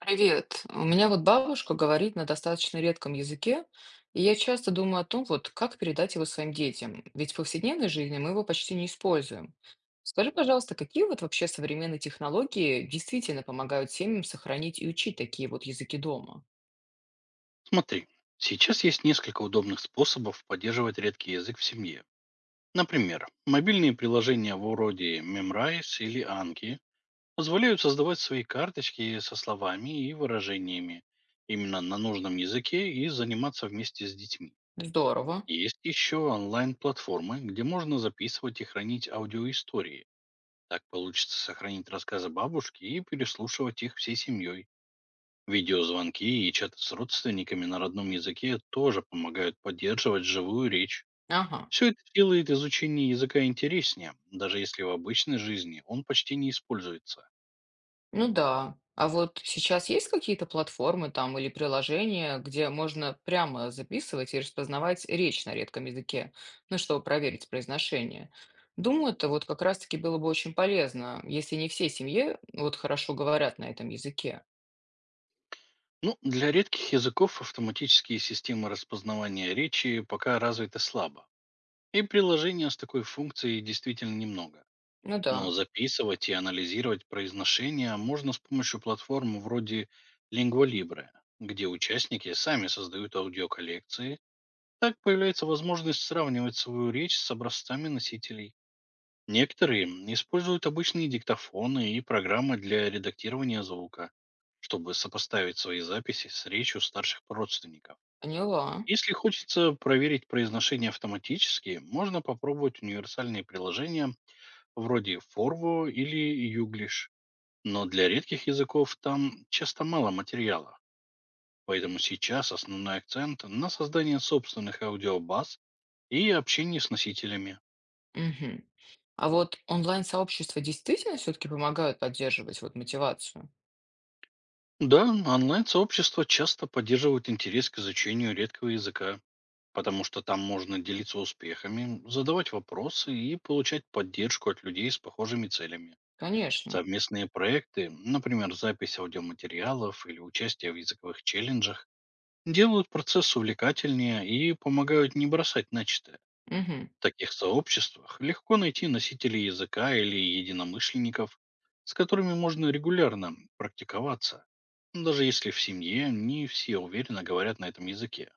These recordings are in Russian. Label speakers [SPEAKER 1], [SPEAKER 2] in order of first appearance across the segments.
[SPEAKER 1] Привет. У меня вот бабушка говорит на достаточно редком языке, и я часто думаю о том, вот как передать его своим детям, ведь в повседневной жизни мы его почти не используем. Скажи, пожалуйста, какие вот вообще современные технологии действительно помогают семьям сохранить и учить такие вот языки дома?
[SPEAKER 2] Смотри, сейчас есть несколько удобных способов поддерживать редкий язык в семье. Например, мобильные приложения вроде Memrise или Anki позволяют создавать свои карточки со словами и выражениями именно на нужном языке и заниматься вместе с детьми.
[SPEAKER 1] Здорово.
[SPEAKER 2] Есть еще онлайн-платформы, где можно записывать и хранить аудиоистории. Так получится сохранить рассказы бабушки и переслушивать их всей семьей. Видеозвонки и чаты с родственниками на родном языке тоже помогают поддерживать живую речь.
[SPEAKER 1] Ага.
[SPEAKER 2] Все это делает изучение языка интереснее, даже если в обычной жизни он почти не используется.
[SPEAKER 1] Ну да. А вот сейчас есть какие-то платформы там или приложения, где можно прямо записывать и распознавать речь на редком языке, ну, чтобы проверить произношение? Думаю, это вот как раз-таки было бы очень полезно, если не все семьи вот хорошо говорят на этом языке.
[SPEAKER 2] Ну, для редких языков автоматические системы распознавания речи пока развиты слабо, и приложения с такой функцией действительно немного.
[SPEAKER 1] Ну
[SPEAKER 2] Но
[SPEAKER 1] да,
[SPEAKER 2] записывать и анализировать произношение можно с помощью платформ вроде Lingua Libre, где участники сами создают аудиоколлекции. Так появляется возможность сравнивать свою речь с образцами носителей. Некоторые используют обычные диктофоны и программы для редактирования звука, чтобы сопоставить свои записи с речью старших родственников.
[SPEAKER 1] поняла.
[SPEAKER 2] Если хочется проверить произношение автоматически, можно попробовать универсальные приложения вроде Forvo или Юглиш. Но для редких языков там часто мало материала, поэтому сейчас основной акцент на создание собственных аудиобаз и общение с носителями.
[SPEAKER 1] Мгм. А вот онлайн-сообщества действительно все-таки помогают поддерживать вот мотивацию?
[SPEAKER 2] Да, онлайн-сообщества часто поддерживают интерес к изучению редкого языка, потому что там можно делиться успехами, задавать вопросы и получать поддержку от людей с похожими целями.
[SPEAKER 1] Конечно.
[SPEAKER 2] Совместные проекты, например, запись аудиоматериалов или участие в языковых челленджах, делают процесс увлекательнее и помогают не бросать начатое.
[SPEAKER 1] Мгм.
[SPEAKER 2] В таких сообществах легко найти носителей языка или единомышленников, с которыми можно регулярно практиковаться, даже если в семье не все уверенно говорят на этом языке.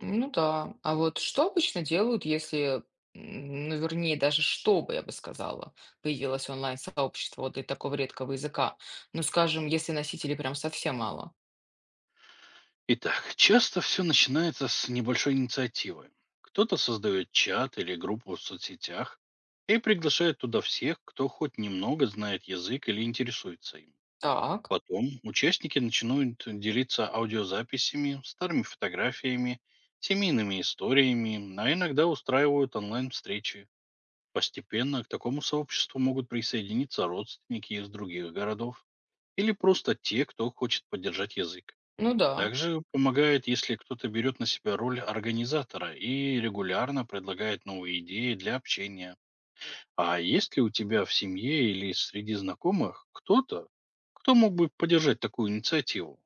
[SPEAKER 1] Ну да. А вот что обычно делают, если, ну, вернее, даже чтобы, я бы сказала, появилось онлайн-сообщество вот для такого редкого языка? Ну, скажем, если носителей прям совсем мало.
[SPEAKER 2] Итак, часто все начинается с небольшой инициативы. Кто-то создает чат или группу в соцсетях и приглашает туда всех, кто хоть немного знает язык или интересуется им.
[SPEAKER 1] Так,
[SPEAKER 2] Потом участники начинают делиться аудиозаписями, старыми фотографиями, семейными историями, а иногда устраивают онлайн-встречи. Постепенно к такому сообществу могут присоединиться родственники из других городов или просто те, кто хочет поддержать язык.
[SPEAKER 1] ну да.
[SPEAKER 2] Также помогает, если кто-то берет на себя роль организатора и регулярно предлагает новые идеи для общения. А есть ли у тебя в семье или среди знакомых кто-то, кто мог бы поддержать такую инициативу?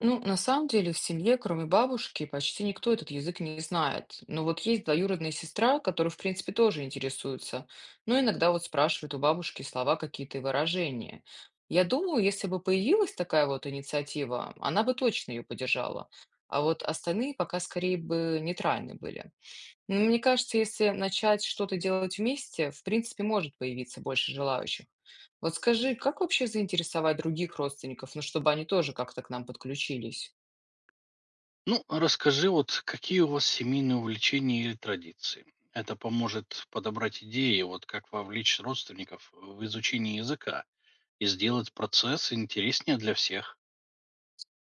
[SPEAKER 1] Ну, на самом деле в семье, кроме бабушки, почти никто этот язык не знает. Но вот есть двоюродная сестра, которая, в принципе, тоже интересуется. Но иногда вот спрашивает у бабушки слова какие-то и выражения. Я думаю, если бы появилась такая вот инициатива, она бы точно ее поддержала. А вот остальные пока скорее бы нейтральны были. Но мне кажется, если начать что-то делать вместе, в принципе, может появиться больше желающих. Вот скажи, как вообще заинтересовать других родственников, ну, чтобы они тоже как-то к нам подключились?
[SPEAKER 2] Ну, расскажи вот, какие у вас семейные увлечения или традиции. Это поможет подобрать идеи, вот как вовлечь родственников в изучение языка и сделать процесс интереснее для всех.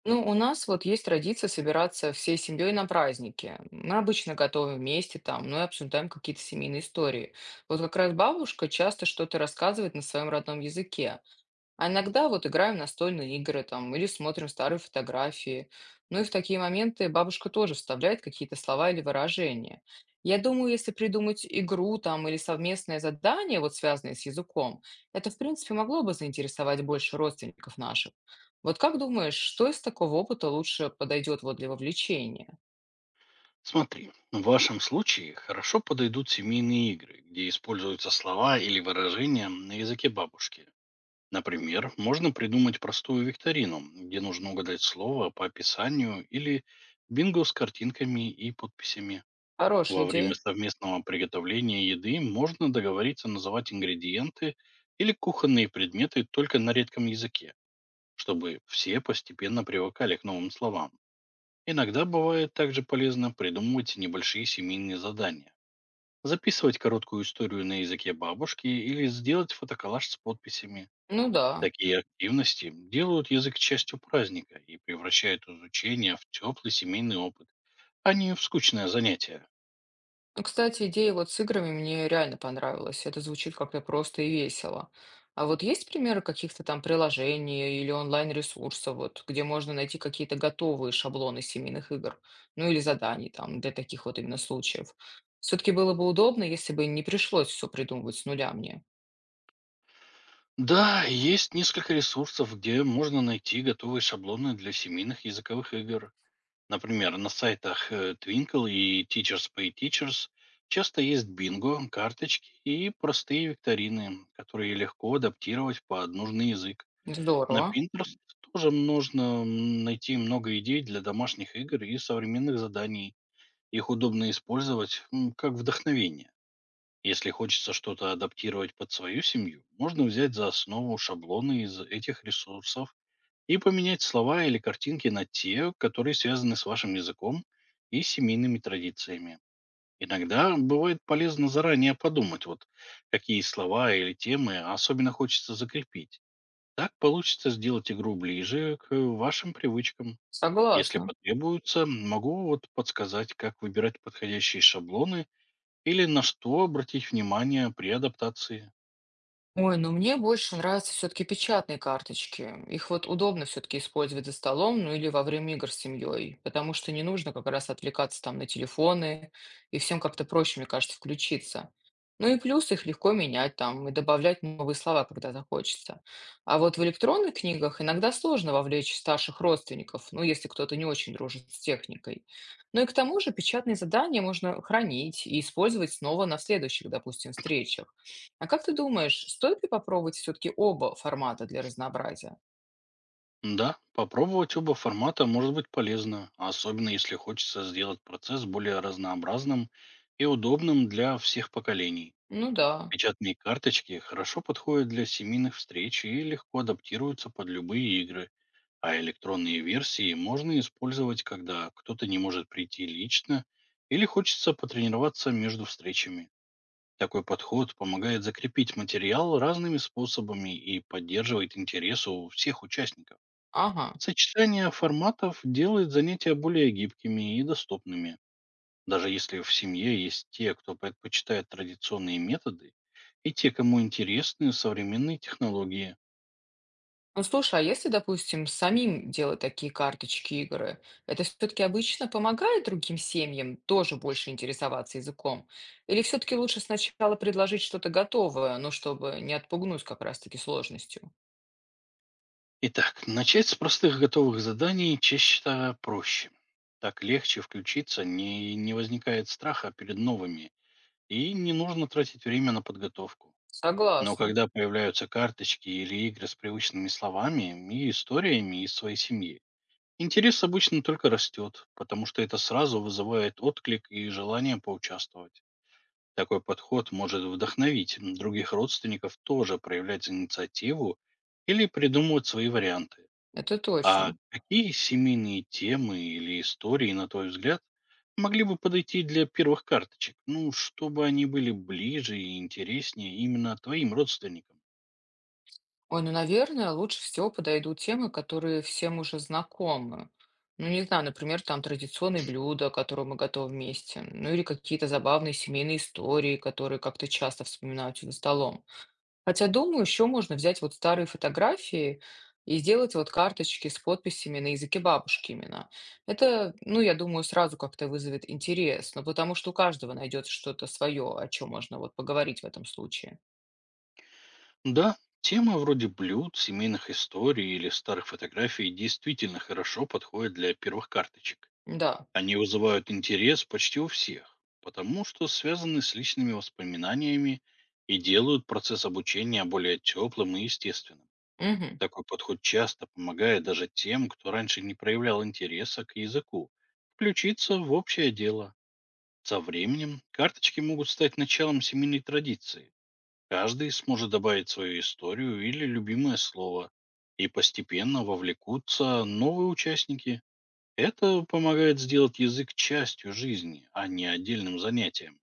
[SPEAKER 1] Ну, у нас вот есть традиция собираться всей семьей на праздники. Мы обычно готовим вместе там, ну и обсуждаем какие-то семейные истории. Вот как раз бабушка часто что-то рассказывает на своем родном языке. А иногда вот играем в настольные игры там или смотрим старые фотографии. Ну и в такие моменты бабушка тоже вставляет какие-то слова или выражения. Я думаю, если придумать игру там или совместное задание, вот связанное с языком, это, в принципе, могло бы заинтересовать больше родственников наших. Вот как думаешь, что из такого опыта лучше подойдет вот для вовлечения?
[SPEAKER 2] Смотри, в вашем случае хорошо подойдут семейные игры, где используются слова или выражения на языке бабушки. Например, можно придумать простую викторину, где нужно угадать слово по описанию или бинго с картинками и подписями. Во
[SPEAKER 1] Хорошая
[SPEAKER 2] время
[SPEAKER 1] идея.
[SPEAKER 2] совместного приготовления еды можно договориться называть ингредиенты или кухонные предметы только на редком языке, чтобы все постепенно привыкали к новым словам. Иногда бывает также полезно придумывать небольшие семейные задания, записывать короткую историю на языке бабушки или сделать фотоколлаж с подписями.
[SPEAKER 1] Ну да.
[SPEAKER 2] Такие активности делают язык частью праздника и превращают изучение в теплый семейный опыт, а не в скучное занятие.
[SPEAKER 1] Ну, кстати, идея вот с играми мне реально понравилась. Это звучит как-то просто и весело. А вот есть примеры каких-то там приложений или онлайн-ресурсов, вот, где можно найти какие-то готовые шаблоны семейных игр, ну или заданий там для таких вот именно случаев? Все-таки было бы удобно, если бы не пришлось все придумывать с нуля мне.
[SPEAKER 2] Да, есть несколько ресурсов, где можно найти готовые шаблоны для семейных языковых игр. Например, на сайтах Twinkle и Teachers Pay Teachers часто есть бинго, карточки и простые викторины, которые легко адаптировать под нужный язык. На
[SPEAKER 1] Здорово.
[SPEAKER 2] Pinterest тоже можно найти много идей для домашних игр и современных заданий. Их удобно использовать как вдохновение. Если хочется что-то адаптировать под свою семью, можно взять за основу шаблоны из этих ресурсов и поменять слова или картинки на те, которые связаны с вашим языком и семейными традициями. Иногда бывает полезно заранее подумать, вот какие слова или темы особенно хочется закрепить. Так получится сделать игру ближе к вашим привычкам. Если
[SPEAKER 1] Согласна.
[SPEAKER 2] потребуется, могу вот подсказать, как выбирать подходящие шаблоны или на что обратить внимание при адаптации.
[SPEAKER 1] Ой, ну мне больше нравятся все-таки печатные карточки. Их вот удобно все-таки использовать за столом, ну или во время игр с семьей, потому что не нужно как раз отвлекаться там на телефоны, и всем как-то проще, мне кажется, включиться. Ну и плюс их легко менять там и добавлять новые слова, когда захочется. А вот в электронных книгах иногда сложно вовлечь старших родственников, ну если кто-то не очень дружит с техникой. Ну и к тому же печатные задания можно хранить и использовать снова на следующих, допустим, встречах. А как ты думаешь, стоит ли попробовать все-таки оба формата для разнообразия?
[SPEAKER 2] Да, попробовать оба формата может быть полезно, особенно если хочется сделать процесс более разнообразным и удобным для всех поколений.
[SPEAKER 1] Ну да,
[SPEAKER 2] Печатные карточки хорошо подходят для семейных встреч и легко адаптируются под любые игры, а электронные версии можно использовать, когда кто-то не может прийти лично или хочется потренироваться между встречами. Такой подход помогает закрепить материал разными способами и поддерживает интерес у всех участников.
[SPEAKER 1] ага.
[SPEAKER 2] Сочетание форматов делает занятия более гибкими и доступными. Даже если в семье есть те, кто предпочитает традиционные методы, и те, кому интересны современные технологии.
[SPEAKER 1] Ну слушай, а если, допустим, самим делать такие карточки игры, это все-таки обычно помогает другим семьям тоже больше интересоваться языком? Или все-таки лучше сначала предложить что-то готовое, ну чтобы не отпугнуть как раз-таки сложностью?
[SPEAKER 2] Итак, начать с простых готовых заданий чаще проще. Так легче включиться, не возникает страха перед новыми, и не нужно тратить время на подготовку. Но
[SPEAKER 1] Согласна,
[SPEAKER 2] когда появляются карточки или игры с привычными словами и историями из своей семьи, интерес обычно только растет, потому что это сразу вызывает отклик и желание поучаствовать. Такой подход может вдохновить других родственников тоже проявлять инициативу или придумывать свои варианты.
[SPEAKER 1] это
[SPEAKER 2] А
[SPEAKER 1] точно.
[SPEAKER 2] какие семейные темы или истории, на твой взгляд, могли бы подойти для первых карточек, ну, чтобы они были ближе и интереснее именно твоим родственникам?
[SPEAKER 1] Ой, ну, наверное, лучше всего подойдут темы, которые всем уже знакомы. Ну, не знаю, например, там традиционные блюда, которые мы готовим вместе, ну или какие-то забавные семейные истории, которые как-то часто вспоминаются за столом. Хотя, думаю, еще можно взять вот старые фотографии и сделать вот карточки с подписями на языке бабушки именно. Это, ну, я думаю, сразу как-то вызовет интерес, ну, потому что у каждого найдется что-то свое, о чем можно вот поговорить в этом случае.
[SPEAKER 2] Да, темы вроде блюд, семейных историй или старых фотографий действительно хорошо подходят для первых карточек.
[SPEAKER 1] Да.
[SPEAKER 2] Они вызывают интерес почти у всех, потому что связаны с личными воспоминаниями и делают процесс обучения более теплым и естественным.
[SPEAKER 1] Мгм.
[SPEAKER 2] Такой подход часто помогает даже тем, кто раньше не проявлял интереса к языку, включиться в общее дело. Со временем карточки могут стать началом семейной традиции. Каждый сможет добавить свою историю или любимое слово, и постепенно вовлекутся новые участники. Это помогает сделать язык частью жизни, а не отдельным занятием.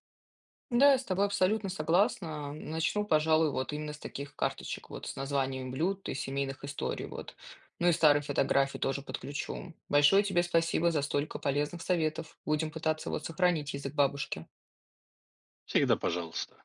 [SPEAKER 1] Да, я с тобой абсолютно согласна. Начну, пожалуй, вот именно с таких карточек, вот с названием блюд и семейных историй, вот. Ну и старые фотографии тоже подключу. Большое тебе спасибо за столько полезных советов. Будем пытаться вот сохранить язык бабушки.
[SPEAKER 2] Всегда пожалуйста.